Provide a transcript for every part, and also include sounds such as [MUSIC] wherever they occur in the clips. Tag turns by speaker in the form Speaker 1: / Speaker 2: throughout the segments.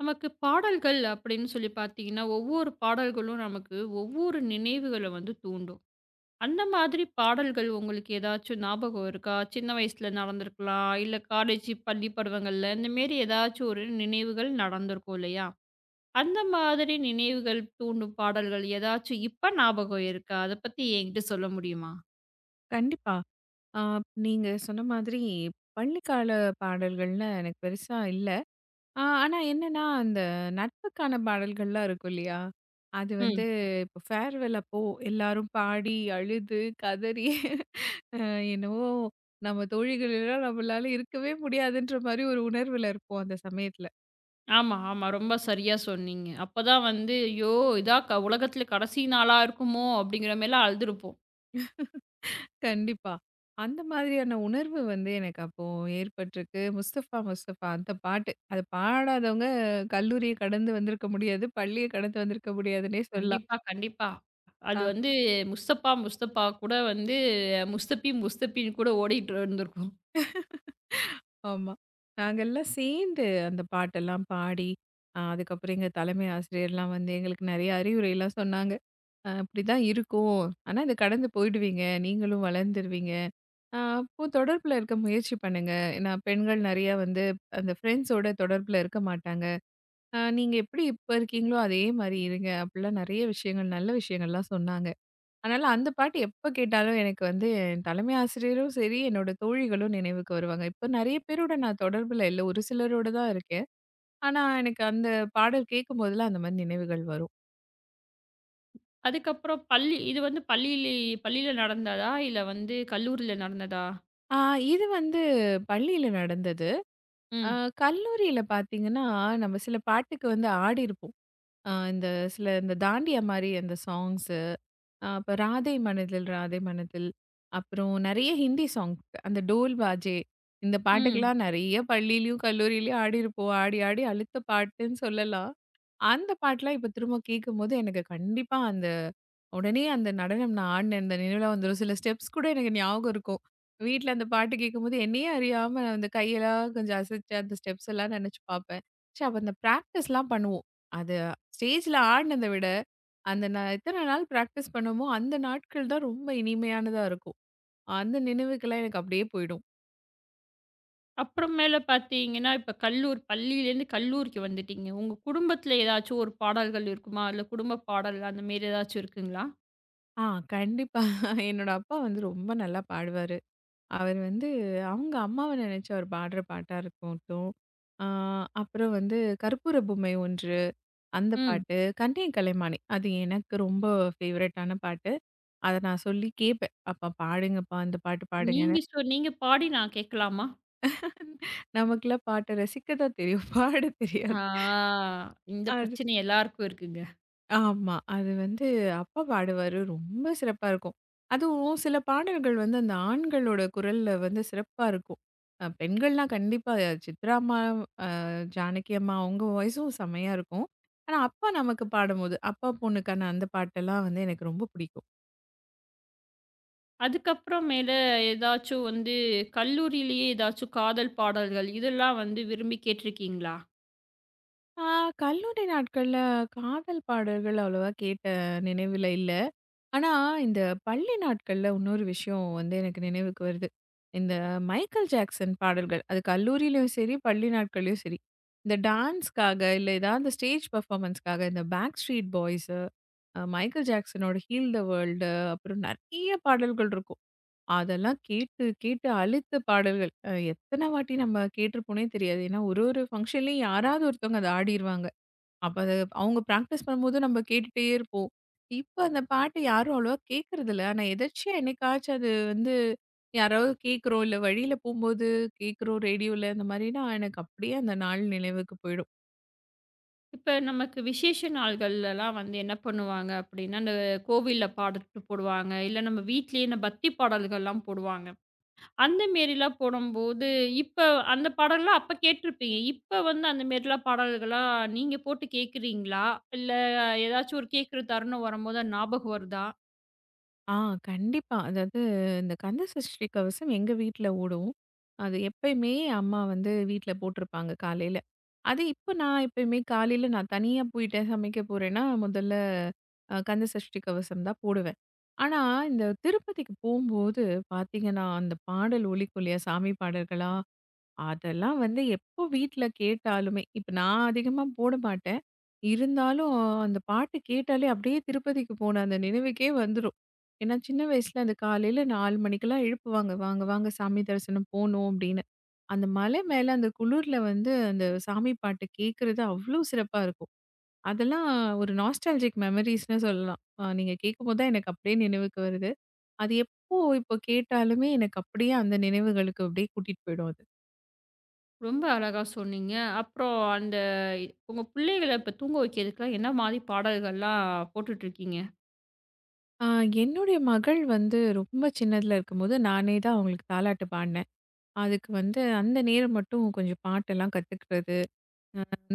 Speaker 1: நமக்கு பாடல்கள் அப்படின்னு சொல்லி பார்த்தீங்கன்னா, ஒவ்வொரு பாடல்களும் நமக்கு ஒவ்வொரு நினைவுகள வந்து தூண்டும். அந்த மாதிரி பாடல்கள் உங்களுக்கு ஏதாச்சும் ஞாபகம் இருக்கா? சின்ன வயசுல நடந்திருக்கலாம், இல்ல காலேஜ், பள்ளி பருவங்கள்ல இந்த மாரி ஏதாச்சும் ஒரு நினைவுகள் நடந்திருக்கும் இல்லையா? அந்த மாதிரி நினைவுகள் தூண்டும் பாடல்கள் ஏதாச்சும் இப்ப ஞாபகம் இருக்கா? அத பத்தி என்கிட்ட சொல்ல முடியுமா?
Speaker 2: கண்டிப்பா. ஆ நீங்க சொன்ன மாதிரி பள்ளிக்கால பாடல்கள்னு எனக்கு பெருசா இல்ல. ஆனா என்னன்னா, அந்த நட்புக்கான பாடல்கள்லாம் இருக்கும் இல்லையா? அது வந்து
Speaker 1: ம்.
Speaker 2: இப்போ ஃபேர்வெல் அப்போ எல்லாரும் பாடி, அழுது, கதறி அ என்னவோ நம்ம தோழிகள் எல்லாம் நம்மளால இருக்கவே முடியாதுன்ற மாரி ஒரு உணர்வுல இருப்போம் அந்த சமயத்துல.
Speaker 1: ஆமா, ஆமா. ரொம்ப சரியா சொன்னீங்க. அப்பதான் வந்து, "ஐயோ! இதா க உலகத்தில கடைசி நாளா இருக்குமோ!" அப்படிங்கிற மாரிலாம் அழுதுருப்போம்.
Speaker 2: கண்டிப்பா. அந்த மாதிரியான உணர்வு வந்து எனக்கு அப்போ ஏற்பட்டிருக்கு. முஸ்தஃபா முஸ்தஃபா அந்த பாட்டு. அது பாடாதவங்க கல்லூரிய கடந்து வந்திருக்க முடியாது. பள்ளிய கடந்து வந்திருக்க முடியாதுன்னே சொல்லலாம்.
Speaker 1: கண்டிப்பா, கண்டிப்பா. அது
Speaker 2: ஆ.
Speaker 1: வந்து முஸ்தபா, முஸ்தபா கூட வந்து முஸ்தபி, முஸ்தபின்னு கூட ஓடிட்டு இருந்திருக்கும்.
Speaker 2: ஆமா. நாங்கெல்லாம் சேர்ந்து அந்த பாட்டெல்லாம் பாடி, அதுக்கப்புறம் எங்க தலைமை ஆசிரியர்லாம் வந்து எங்களுக்கு நெறைய அறிவுரைலாம் சொன்னாங்க. "இப்படிதான் இருக்கும். ஆனா இத கடந்து போயிடுவீங்க. நீங்களும் வளர்ந்துருவீங்க. அப்போ தொடர்புல இருக்க முயற்சி பண்ணுங்க." ஏன்னா பெண்கள் நெறையா வந்து அந்த ஃப்ரெண்ட்ஸோட தொடர்புல இருக்க மாட்டாங்க. நீங்க எப்படி இப்ப இருக்கீங்களோ, அதே மாரி இருங்க. அப்படிலாம் நெறைய விஷயங்கள், நல்ல விஷயங்கள்லாம் சொன்னாங்க. அதனால அந்த பாட்டு எப்ப கேட்டாலும் எனக்கு வந்து என் தலைமை ஆசிரியரும் சரி, என்னோட தோழிகளும் நினைவுக்கு வருவாங்க. இப்ப நெறைய பேரோட நான் தொடர்புல இல்ல. ஒரு சிலரோட தான் இருக்கேன். ஆனா, எனக்கு அந்த பாடல் கேட்கும்போதெல்லாம் அந்த மாரி நினைவுகள் வரும்.
Speaker 1: அதுக்கப்புறம் பள்ளி இது வந்து பள்ளியில நடந்ததா? இல்ல வந்து கல்லூரியில நடந்ததா?
Speaker 2: ஆ இது வந்து பள்ளியில நடந்தது. அ
Speaker 1: ம்,
Speaker 2: கல்லூரியில பார்த்தீங்கன்னா, நம்ம சில பாட்டுக்கு வந்து ஆடியிருப்போம். இந்த சில இந்த தாண்டியா மாரி அந்த சாங்ஸ் அப்ப ராதே மனதில் ராதே மனதில். அப்புறம் நெறைய ஹிந்தி சாங். அந்த டோல் பாஜே இந்த
Speaker 1: ம்.
Speaker 2: பாட்டுக்கெல்லாம் நெறைய பள்ளியிலயும், கல்லூரியிலயும் ஆடியிருப்போம். ஆடி, ஆடி அலுத்த பாட்டுன்னு சொல்லலாம். அந்த பாட்டெல்லாம் இப்ப திரும்ப கேட்கும்போது எனக்கு கண்டிப்பா அந்த உடனே அந்த நடனம் நான் ஆடின அந்த நினைவுலாம் வந்துரும். சில ஸ்டெப்ஸ் கூட எனக்கு ஞாபகம் இருக்கும். வீட்ல அந்த பாட்டு கேட்கும்போது என்னையே அறியாம நான் அந்த கையெல்லாம் கொஞ்சம் அசைச்சு அந்த ஸ்டெப்ஸ் எல்லாம் நெனச்சு பார்ப்பேன். ச்சே! அப்ப அந்த பிராக்டிஸ்லாம் பண்ணுவோம். அது ஸ்டேஜ்ல ஆடினத விட அந்த நான் எத்தன நாள் பிராக்டிஸ் பண்ணோமோ, அந்த நாட்கள் தான் ரொம்ப இனிமையானதா இருக்கும். அந்த நினைவுகள்லாம் எனக்கு அப்படியே போயிடும்.
Speaker 1: அப்புறமேல பார்த்தீங்கன்னா, இப்ப கல்லூர் பள்ளியிலேருந்து கல்லூரிக்கு வந்துட்டீங்க. உங்க குடும்பத்தில ஏதாச்சும் ஒரு பாடல்கள் இருக்குமா? இல்ல குடும்ப பாடல் அந்த மாரி ஏதாச்சும் இருக்குங்களா?
Speaker 2: ஆ கண்டிப்பா. என்னோட அப்பா வந்து ரொம்ப நல்லா பாடுவாரு. அவர் வந்து அவங்க அம்மாவ நினைச்சு அவர் பாடுற பாட்டா இருக்கட்டும், ஆ அப்புறம் வந்து கற்பூர பொம்மை ஒன்று, அந்த
Speaker 1: ம்.
Speaker 2: பாட்டு, கண்ணே கலைமானே அது எனக்கு ரொம்ப ஃபேவரட்டான பாட்டு. அத நான் சொல்லி கேட்பேன். "அப்பா பாடுங்கப்பா, அந்த பாட்டு பாடுங்கன்னு."
Speaker 1: நீங்க பாடி நான் கேட்கலாமா?
Speaker 2: நமக்கெல்லாம் பாட்ட ரசிக்க தான் தெரியும். பாட தெரியாது.
Speaker 1: ஆ, இந்த
Speaker 2: அது
Speaker 1: பிரச்சனை எல்லாருக்கும் இருக்குங்க.
Speaker 2: ஆமா. அது வந்து அப்பா பாடுவாரு. ரொம்ப சிறப்பா இருக்கும். அதுவும் சில பாடல்கள் வந்து அந்த ஆண்களோட குரல்ல வந்து சிறப்பா இருக்கும். பெண்கள்லாம் கண்டிப்பா சித்ரா அம்மா, ஜானகி அம்மா அவங்க வாய்ஸும் செம்மையா இருக்கும். ஆனா அப்பா நமக்கு பாடும்போது, அப்பா பொண்ணுக்கான அந்த பாட்டெல்லாம் வந்து எனக்கு ரொம்ப பிடிக்கும்.
Speaker 1: அதுக்கப்புறம் மேல ஏதாச்சும் வந்து கல்லூரியிலேயே ஏதாச்சும் காதல் பாடல்கள் இதெல்லாம் வந்து விரும்பி கேட்டிருக்கீங்களா?
Speaker 2: ஆ கல்லூரி நாட்கள்ல காதல் பாடல்கள் அவ்வளவா கேட்ட நினைவில இல்ல. ஆனா, இந்த பள்ளி நாட்கள்ல இன்னொரு விஷயம் வந்து எனக்கு நினைவுக்கு வருது. இந்த மைக்கேல் ஜாக்சன் பாடல்கள். அது கல்லூரியிலயும் சரி, பள்ளி நாட்கள்லயும் சரி. இந்த டான்ஸ்‌க்காக இல்ல ஏதாவது ஸ்டேஜ் பெர்ஃபார்மன்ஸ்‌க்காக இந்த பேக் ஸ்ட்ரீட் பாய்ஸ், மைக்கேல் ஜாக்சனோட ஹீல் த வேர்ல்டு அப்புறம் நெறைய பாடல்கள் இருக்கும். அதெல்லாம் கேட்டு கேட்டு அலுத்த பாடல்கள். எத்தன வாட்டி நம்ம கேட்டிருப்போம்னே தெரியாது. ஏன்னா, ஒரு ஒரு ஃபங்ஷன்லயும் யாராவது ஒருத்தவங்க அத ஆடிருவாங்க. அப்ப அது அவங்க பிராக்டிஸ் பண்ணும்போது நம்ம கேட்டுட்டே இருப்போம். இப்ப அந்த பாட்டு யாரும் அவ்வளவா கேட்கறதில்ல. ஆனா எதர்ச்சியா என்னைக்காச்சும் அது வந்து யாராவது கேட்குறோம், இல்ல வழியில போம்போது கேட்குறோம் ரேடியோல, அந்த மாதிரினா எனக்கு அப்படியே அந்த நாள் நினைவுக்கு போயிடும்.
Speaker 1: இப்ப நமக்கு விசேஷ நாள்கள்லலாம் வந்து என்ன பண்ணுவாங்க அப்படின்னா, அந்த கோவில்ல பாடல் போடுவாங்க. இல்ல நம்ம வீட்லயே இந்த பக்தி பாடல்கள்லாம் போடுவாங்க. அந்த மேரிலாம் போடும்போது, இப்ப அந்த பாடல்லாம் அப்ப கேட்டிருப்பீங்க. இப்ப வந்து அந்த மேரிலாம் பாடல்களா நீங்க போட்டு கேட்குறீங்களா? இல்ல ஏதாச்சும் ஒரு கேட்குற தருணம் வரும்போது அது ஞாபகம் வருதா?
Speaker 2: ஆ கண்டிப்பா. அதாவது இந்த கந்த சஷ்டி கவசம் எங்க வீட்ல ஓடும். அது எப்பயுமே அம்மா வந்து வீட்ல போட்டிருப்பாங்க காலையில. அது இப்ப நான் எப்பயுமே காலையில நான் தனியா போயிட்டேன் சமைக்க போறேன்னா, முதல்ல கந்த சஷ்டி கவசம் தான் போடுவேன். ஆனா, இந்த திருப்பதிக்கு போம்போது பார்த்தீங்கன்னா, அந்த பாடல் ஒலிக்கும் இல்லையா? சாமி பாடல்களா அதெல்லாம் வந்து எப்போ வீட்ல கேட்டாலுமே, இப்ப நான் அதிகமா போட மாட்டேன். இருந்தாலும் அந்த பாட்டு கேட்டாலே அப்படியே திருப்பதிக்கு போன அந்த நினைவுக்கே வந்துரும். ஏன்னா சின்ன வயசுல அந்த காலையில 4 மணிக்கெல்லாம் எழுப்புவாங்க. "வாங்க, வாங்க சாமி தரிசனம் போணும்" அப்படின்னு. அந்த மலை மேல அந்த குளிர்ல வந்து அந்த சாமி பாட்டு கேட்கறது அவ்ளோ சிறப்பா இருக்கும். அதெல்லாம் ஒரு நாஸ்டால்ஜிக் மெமரீஸ்ன்னு சொல்லலாம். நீங்க கேட்கும்போது தான் எனக்கு அப்படியே நினைவுக்கு வருது. அது எப்போ இப்போ கேட்டாலுமே எனக்கு அப்படியே அந்த நினைவுகளுக்கு அப்படியே கூட்டிட்டு போயிடும் அது.
Speaker 1: ரொம்ப அழகா சொன்னீங்க. அப்புறம் அந்த உங்க பிள்ளைகள இப்ப தூங்க வைக்கிறதுக்குலாம் என்ன மாரி பாடல்கள்லாம் போட்டுட்ருக்கீங்க?
Speaker 2: ஆ, என்னுடைய மகள் வந்து ரொம்ப சின்னதுல இருக்கும்போது நானே தான் அவங்களுக்கு தாலாட்டு பாடினேன். அதுக்கு வந்து அந்த நேரம் மட்டும் கொஞ்சம் பாட்டெல்லாம் கத்துக்கிறது.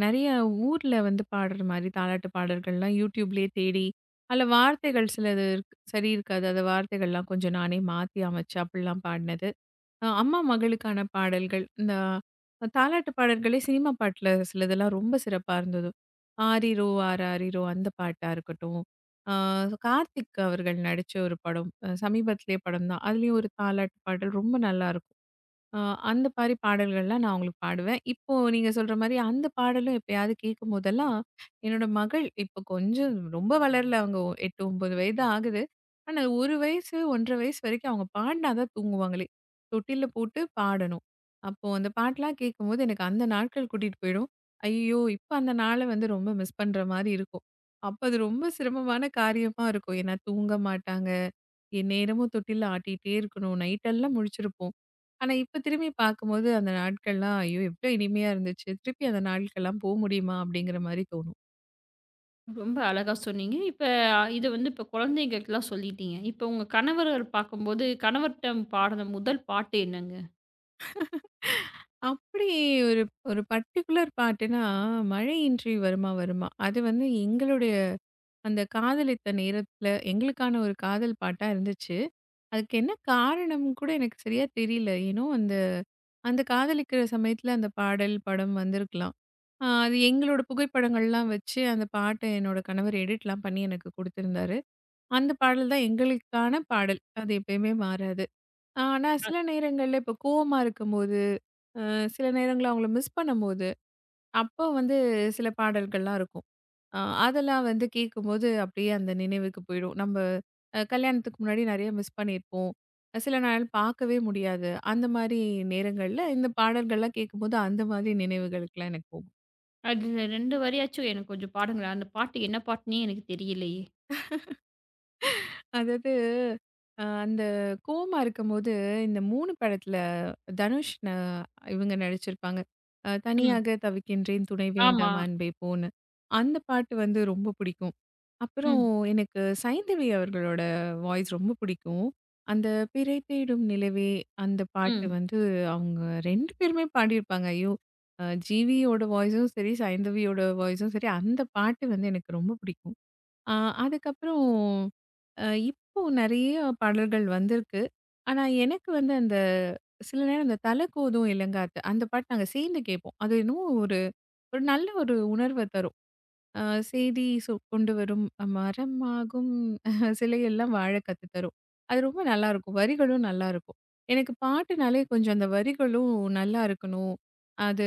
Speaker 2: நெறைய ஊர்ல வந்து பாடுற மாரி தாலாட்டு பாடல்கள்லாம் YouTubeலயே தேடி, அதுல வார்த்தைகள் சிலது சரி இருக்காது. அந்த வார்த்தைகள்லாம் கொஞ்சம் நானே மாத்தி அமைச்சு அப்படிலாம் பாடினது. அம்மா மகளுக்கான பாடல்கள். இந்த தாலாட்டு பாடல்களே சினிமா பாட்டுல சிலதெல்லாம் ரொம்ப சிறப்பா இருந்தது. "ஆரிரோ ஆராரிரோ" அந்த பாட்டா இருக்கட்டும். ஆ கார்த்திக் அவர்கள் நடிச்ச ஒரு படம். சமீபத்திலேயே படம் தான். அதுலயும் ஒரு தாலாட்டு பாடல் ரொம்ப நல்லாருக்கும். அ அந்த மாரி பாடல்கள்லாம் நான் அவங்களுக்கு பாடுவேன். இப்போ நீங்க சொல்ற மாரி அந்த பாடலும் எப்பயாவது கேட்கும்போதெல்லாம், என்னோட மகள் இப்போ கொஞ்சம் ரொம்ப வளரல அவங்க 8, 9 வயது ஆகுது. ஆனா 1 வயசு, 1 1/2 வயசு வரைக்கும் அவங்க பாடுனா தான் தூங்குவாங்களே! தொட்டில்ல போட்டு பாடணும். அப்போ அந்த பாட்டெல்லாம் கேட்கும்போது எனக்கு அந்த நாட்கள் கூட்டிட்டு போயிடும். ஐயய்யோ! இப்ப அந்த நாள வந்து ரொம்ப மிஸ் பண்ற மாரி இருக்கும். அப்ப அது ரொம்ப சிரமமான காரியமா இருக்கும். ஏன்னா தூங்க மாட்டாங்க. எந்நேரமும் தொட்டில்ல ஆட்டிட்டே இருக்கணும். நைட்டெல்லாம் முழிச்சிருப்போம். ஆனா, இப்ப திரும்பி பார்க்கும்போது அந்த நாட்கள்லாம், ஐயோ! எவ்ளோ இனிமையா இருந்துச்சு. திருப்பி அந்த நாட்கள்லாம் போ முடியுமா? அப்படிங்கிற மாரி தோணும்.
Speaker 1: ரொம்ப அழகா சொன்னீங்க. இப்ப இது வந்து இப்ப குழந்தைங்களுக்குலாம் சொல்லிட்டீங்க. இப்ப உங்க கணவர்கள் பார்க்கும்போது, கணவர்ட்ட பாடுன முதல் பாட்டு என்னங்க?
Speaker 2: அப்படி ஒரு ஒரு பர்ட்டிகுலர் பாட்டுன்னா, "மழையின்றி வருமா வருமா" அது வந்து எங்களுடைய அந்த காதலித்த நேரத்துல எங்களுக்கான ஒரு காதல் பாட்டா இருந்துச்சு. அதுக்கு என்ன காரணம்னு கூட எனக்கு சரியா தெரியல. ஏனோ அந்த அந்த காதலிக்கிற சமயத்துல அந்த பாடல், படம் வந்திருக்கலாம். அது எங்களோட புகைப்படங்கள்லாம் வச்சு, அந்த பாட்ட என்னோட கணவர் எடிட்லாம் பண்ணி எனக்கு குடுத்திருந்தாரு. அந்த பாடல் தான் எங்களுக்கான பாடல். அது எப்பயுமே மாறாது. ஆனா
Speaker 1: அ,
Speaker 2: சில நேரங்கள்ல இப்போ கோவமா இருக்கும்போது, சில நேரங்கள்ல அவங்கள மிஸ் பண்ணும்போது அப்போ வந்து சில பாடல்கள்லாம் இருக்கும். அ அதெல்லாம் வந்து கேட்கும்போது அப்படியே அந்த நினைவுக்கு போயிடும். நம்ம கல்யாணத்துக்கு முன்னாடி நெறைய மிஸ் பண்ணியிருப்போம். சில நாள் பார்க்கவே முடியாது. அந்த மாரி நேரங்கள்ல இந்த பாடல்கள்லாம் கேட்கும்போது அந்த மாதிரி நினைவுகளுக்கெல்லாம் எனக்கு போகும்.
Speaker 1: அதுல 2 வரியாச்சும் எனக்கு கொஞ்சம் பாடுங்களேன். அந்த பாட்டு என்ன பாட்டுன்னே எனக்கு தெரியலையே?
Speaker 2: அதாவது, அந்த கோவமா இருக்கும்போது, இந்த 3 படத்துல தனுஷ் இவங்க நடிச்சிருப்பாங்க.
Speaker 1: ம்.
Speaker 2: "தனியாக தவிக்கின்றேன் துணை
Speaker 1: ஆமா.
Speaker 2: வேண்டாம் அன்பே போன்னு." அந்த பாட்டு வந்து ரொம்ப பிடிக்கும். அப்புறம்
Speaker 1: ம்.
Speaker 2: எனக்கு சைந்தவி அவர்களோட வாய்ஸ் ரொம்ப பிடிக்கும். அந்த "பிறை தேடும் நிலவே" அந்த பாட்டு
Speaker 1: ம்.
Speaker 2: வந்து அவங்க 2 பேருமே பாடியிருப்பாங்க. ஐயோ! ஜீவியோட வாய்ஸும் சரி, சைந்தவியோட வாய்ஸும் சரி, அந்த பாட்டு வந்து எனக்கு ரொம்ப பிடிக்கும். ஆ அதுக்கப்புறம் அ இப்போ நெறைய பாடல்கள் வந்திருக்கு. ஆனா, எனக்கு வந்து அந்த சில நேரம் அந்த "தல கோதும் இலங்காத்து" அந்த பாட்டு நாங்க சேர்ந்து கேட்போம். அது என்னமோ ஒரு ஒரு நல்ல ஒரு உணர்வ தரும். அ "சேதி சொ கொண்டு வரும் மரமாகும் [LAUGHS] சிலையெல்லாம் வாழ கத்து தரும்." அது ரொம்ப நல்லாயிருக்கும். வரிகளும் நல்லாயிருக்கும். எனக்கு பாட்டுனாலே கொஞ்சம் அந்த வரிகளும் நல்லா இருக்கணும். அது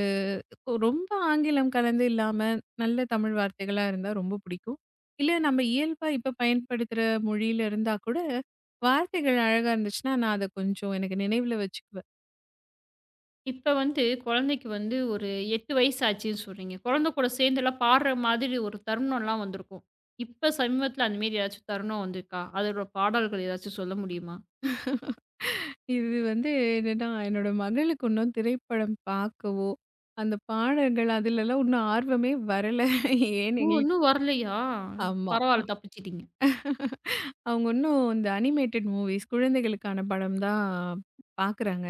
Speaker 2: ஓ, ரொம்ப ஆங்கிலம் கலந்து இல்லாம, நல்ல தமிழ் வார்த்தைகளா இருந்தா ரொம்ப பிடிக்கும். இல்ல நம்ம இயல்பா இப்ப பயன்படுத்துற மொழியில இருந்தா கூட, வார்த்தைகள் அழகா இருந்துச்சுன்னா, நான் அத கொஞ்சம் எனக்கு நினைவுல வச்சுக்குவேன்.
Speaker 1: இப்ப வந்து குழந்தைக்கு வந்து ஒரு 8 வயசு ஆச்சுன்னு சொல்றீங்க. குழந்தை கூட சேர்ந்தெல்லாம் பாடுற மாதிரி ஒரு தருணம்லாம் வந்திருக்கும். இப்ப சமீபத்தில அந்த மாரி ஏதாச்சும் தருணம் வந்திருக்கா? அதோட பாடல்கள் ஏதாச்சும் சொல்ல முடியுமா?
Speaker 2: இது வந்து என்னன்னா, என்னோட மகளுக்கு இன்னும் திரைப்படம் பார்க்கவோ, அந்த பாடல்கள் அதுலலாம் இன்னும் ஆர்வமே வரல. ஏன்னு
Speaker 1: ஓ! இன்னும்
Speaker 2: எங்களுக்கு
Speaker 1: வரலையா?
Speaker 2: ஆமா.
Speaker 1: பரவால்ல, தப்பிச்சுட்டீங்க.
Speaker 2: அவங்க இன்னும் இந்த அனிமேட்டட் மூவிஸ் குழந்தைகளுக்கான படம் தான் பார்க்குறாங்க.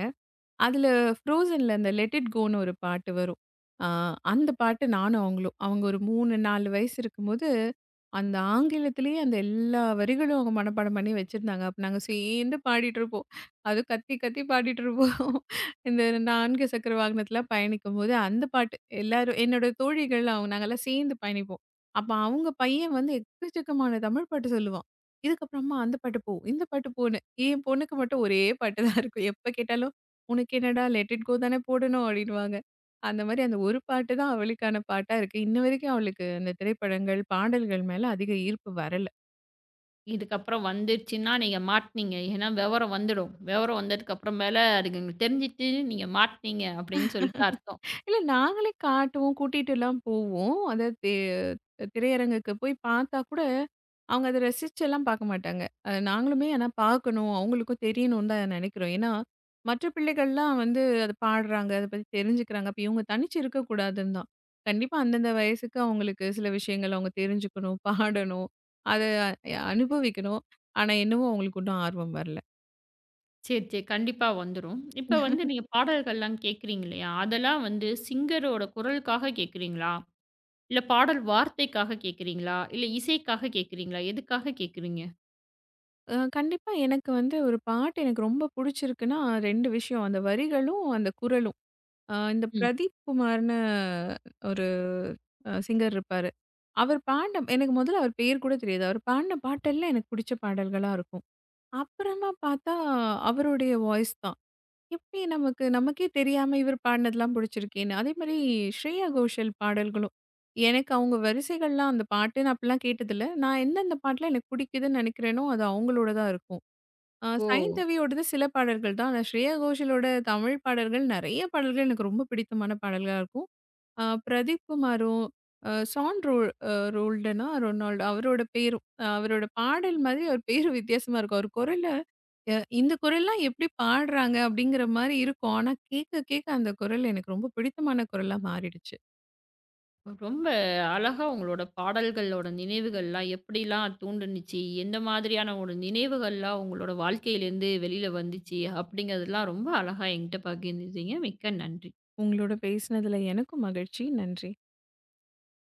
Speaker 2: அதுல ஃப்ரோசன்ல அந்த லெட் இட் கோன்னு ஒரு பாட்டு வரும். ஆ அந்த பாட்டு நானும் அவங்களும். அவங்க ஒரு 3, 4 வயசு இருக்கும்போது, அந்த ஆங்கிலத்திலேயே அந்த எல்லா வரிகளும் அவங்க மனப்பாடம் பண்ணி வச்சிருந்தாங்க. அப்ப நாங்க சேர்ந்து பாடிட்டுருப்போம். அதுவும் கத்தி கத்தி பாடிட்டுருப்போம். இந்த 4 சக்கர வாகனத்திலாம் பயணிக்கும்போது அந்த பாட்டு எல்லாரும் என்னோட தோழிகள் அவங்க நாங்கலாம் சேர்ந்து பயணிப்போம். அப்ப அவங்க பையன் வந்து எக்கச்சக்கமான தமிழ் பாட்டு சொல்லுவான். இதுக்கப்புறமா அந்த பாட்டு போ, இந்த பாட்டு போன்னு. என் பொண்ணுக்கு மட்டும் ஒரே பாட்டு தான் இருக்கும். எப்ப கேட்டாலும் உனக்கு என்னடா லெட் இட் கோ தானே போடணும் அப்படின்னுவாங்க. அந்த மாரி அந்த ஒரு பாட்டு தான் அவளுக்கான பாட்டா இருக்கு. இன்ன வரைக்கும் அவளுக்கு அந்த திரைப்படங்கள், பாடல்கள் மேல அதிக ஈர்ப்பு வரல.
Speaker 1: இதுக்கப்புறம் வந்துருச்சுன்னா நீங்க மாட்னீங்க. ஏன்னா விவரம் வந்துடும். விவரம் வந்ததுக்கு அப்புறம் மேல அதுக்கு எங்களுக்கு தெரிஞ்சுட்டு நீங்க மாட்னீங்க அப்படின்னு சொல்லிட்டு அர்த்தம்.
Speaker 2: இல்ல நாங்களே காட்டுவோம். கூட்டிட்டுலாம் போவோம். அதாவது திரையரங்குக்கு போய் பார்த்தா கூட, அவங்க அத ரசிச்செல்லாம் பார்க்க மாட்டாங்க. நாங்களுமே ஆனா பார்க்கணும், அவங்களுக்கும் தெரியணும்னு தான் நெனைக்கிறோம். ஏன்னா, மற்ற பிள்ளைகள்லாம் வந்து அத பாடுறாங்க, அத பத்தி தெரிஞ்சுக்கிறாங்க. அப்ப இவங்க தனிச்சு இருக்கக்கூடாதுன்னு தான். கண்டிப்பா அந்தந்த வயசுக்கு அவங்களுக்கு சில விஷயங்கள் அவங்க தெரிஞ்சுக்கணும், பாடணும், அத அனுபவிக்கணும். ஆனா என்னவோ அவங்களுக்கு இன்னும் ஆர்வம் வரல.
Speaker 1: சரி, சரி. கண்டிப்பா வந்துரும். இப்ப வந்து நீங்க பாடல்கள்லாம் கேட்கிறீங்க இல்லையா? அதெல்லாம் வந்து சிங்கரோட குரலுக்காக கேட்கிறீங்களா? இல்ல பாடல் வார்த்தைக்காக கேட்கிறீங்களா? இல்ல இசைக்காக கேட்கிறீங்களா? எதுக்காக கேட்கிறீங்க?
Speaker 2: கண்டிப்பா எனக்கு வந்து ஒரு பாட்டு எனக்கு ரொம்ப புடிச்சிருக்குன்னா, 2 விஷயம். அந்த வரிகளும், அந்த குரலும். இந்த
Speaker 1: ம்.
Speaker 2: பிரதீப் குமார்ன்னு ஒரு சிங்கர் இருப்பாரு. அவர் பாடின எனக்கு முதல்ல அவர் பேர் கூட தெரியாது. அவர் பாடின பாட்டெல்லாம் எனக்கு புடிச்ச பாடல்களா இருக்கும். அப்புறமா பார்த்தா அவருடைய வாய்ஸ் தான். எப்படி நமக்கு நமக்கே தெரியாம இவர் பாடினதெல்லாம் புடிச்சிருக்கேன்னு. அதேமாரி ஸ்ரேயா கோஷல் பாடல்களும். எனக்கு அவங்க வரிசைகள்லாம் அந்த பாட்டுன்னு அப்பலாம் கேட்டதில்ல. நான் எந்தெந்த பாட்டுலாம் எனக்கு பிடிக்குதுன்னு நெனைக்கிறேனோ, அது அவங்களோட தான் இருக்கும்.
Speaker 1: ஓ!
Speaker 2: சைந்தவியோடது சில பாடல்கள் தான். ஆனா ஸ்ரேயா கோஷலோட தமிழ் பாடல்கள் நெறைய பாடல்கள் எனக்கு ரொம்ப பிடித்தமான பாடல்களா இருக்கும். பிரதீப் குமாரும், அ சான் ரோல் அ ரோல்டனா ரொனால்டோ அவரோட பேரும் ஆ, அவரோட பாடல் மாதிரி அவர் பேரும் வித்தியாசமா இருக்கும். அவர் குரல இந்த குரல்லாம் எப்படி பாடுறாங்க அப்படிங்கிற மாரி இருக்கும். ஆனா கேட்க கேட்க அந்த குரல் எனக்கு ரொம்ப பிடித்தமான குரலா மாறிடுச்சு.
Speaker 1: ரொம்ப அழகா உங்களோட பாடல்களோட நினைவுகள்லாம் எப்படிலாம் தூண்டுனுச்சு? எந்த மாதிரியான ஒரு நினைவுகள்லாம் உங்களோட வாழ்க்கையிலேருந்து வெளியில வந்துச்சு? அப்படிங்கிறதெல்லாம் ரொம்ப அழகா என்கிட்ட பகிர்ந்துக்கிட்டீங்க. மிக்க நன்றி.
Speaker 2: உங்களோட பேசினதுல எனக்கும் மகிழ்ச்சி. நன்றி.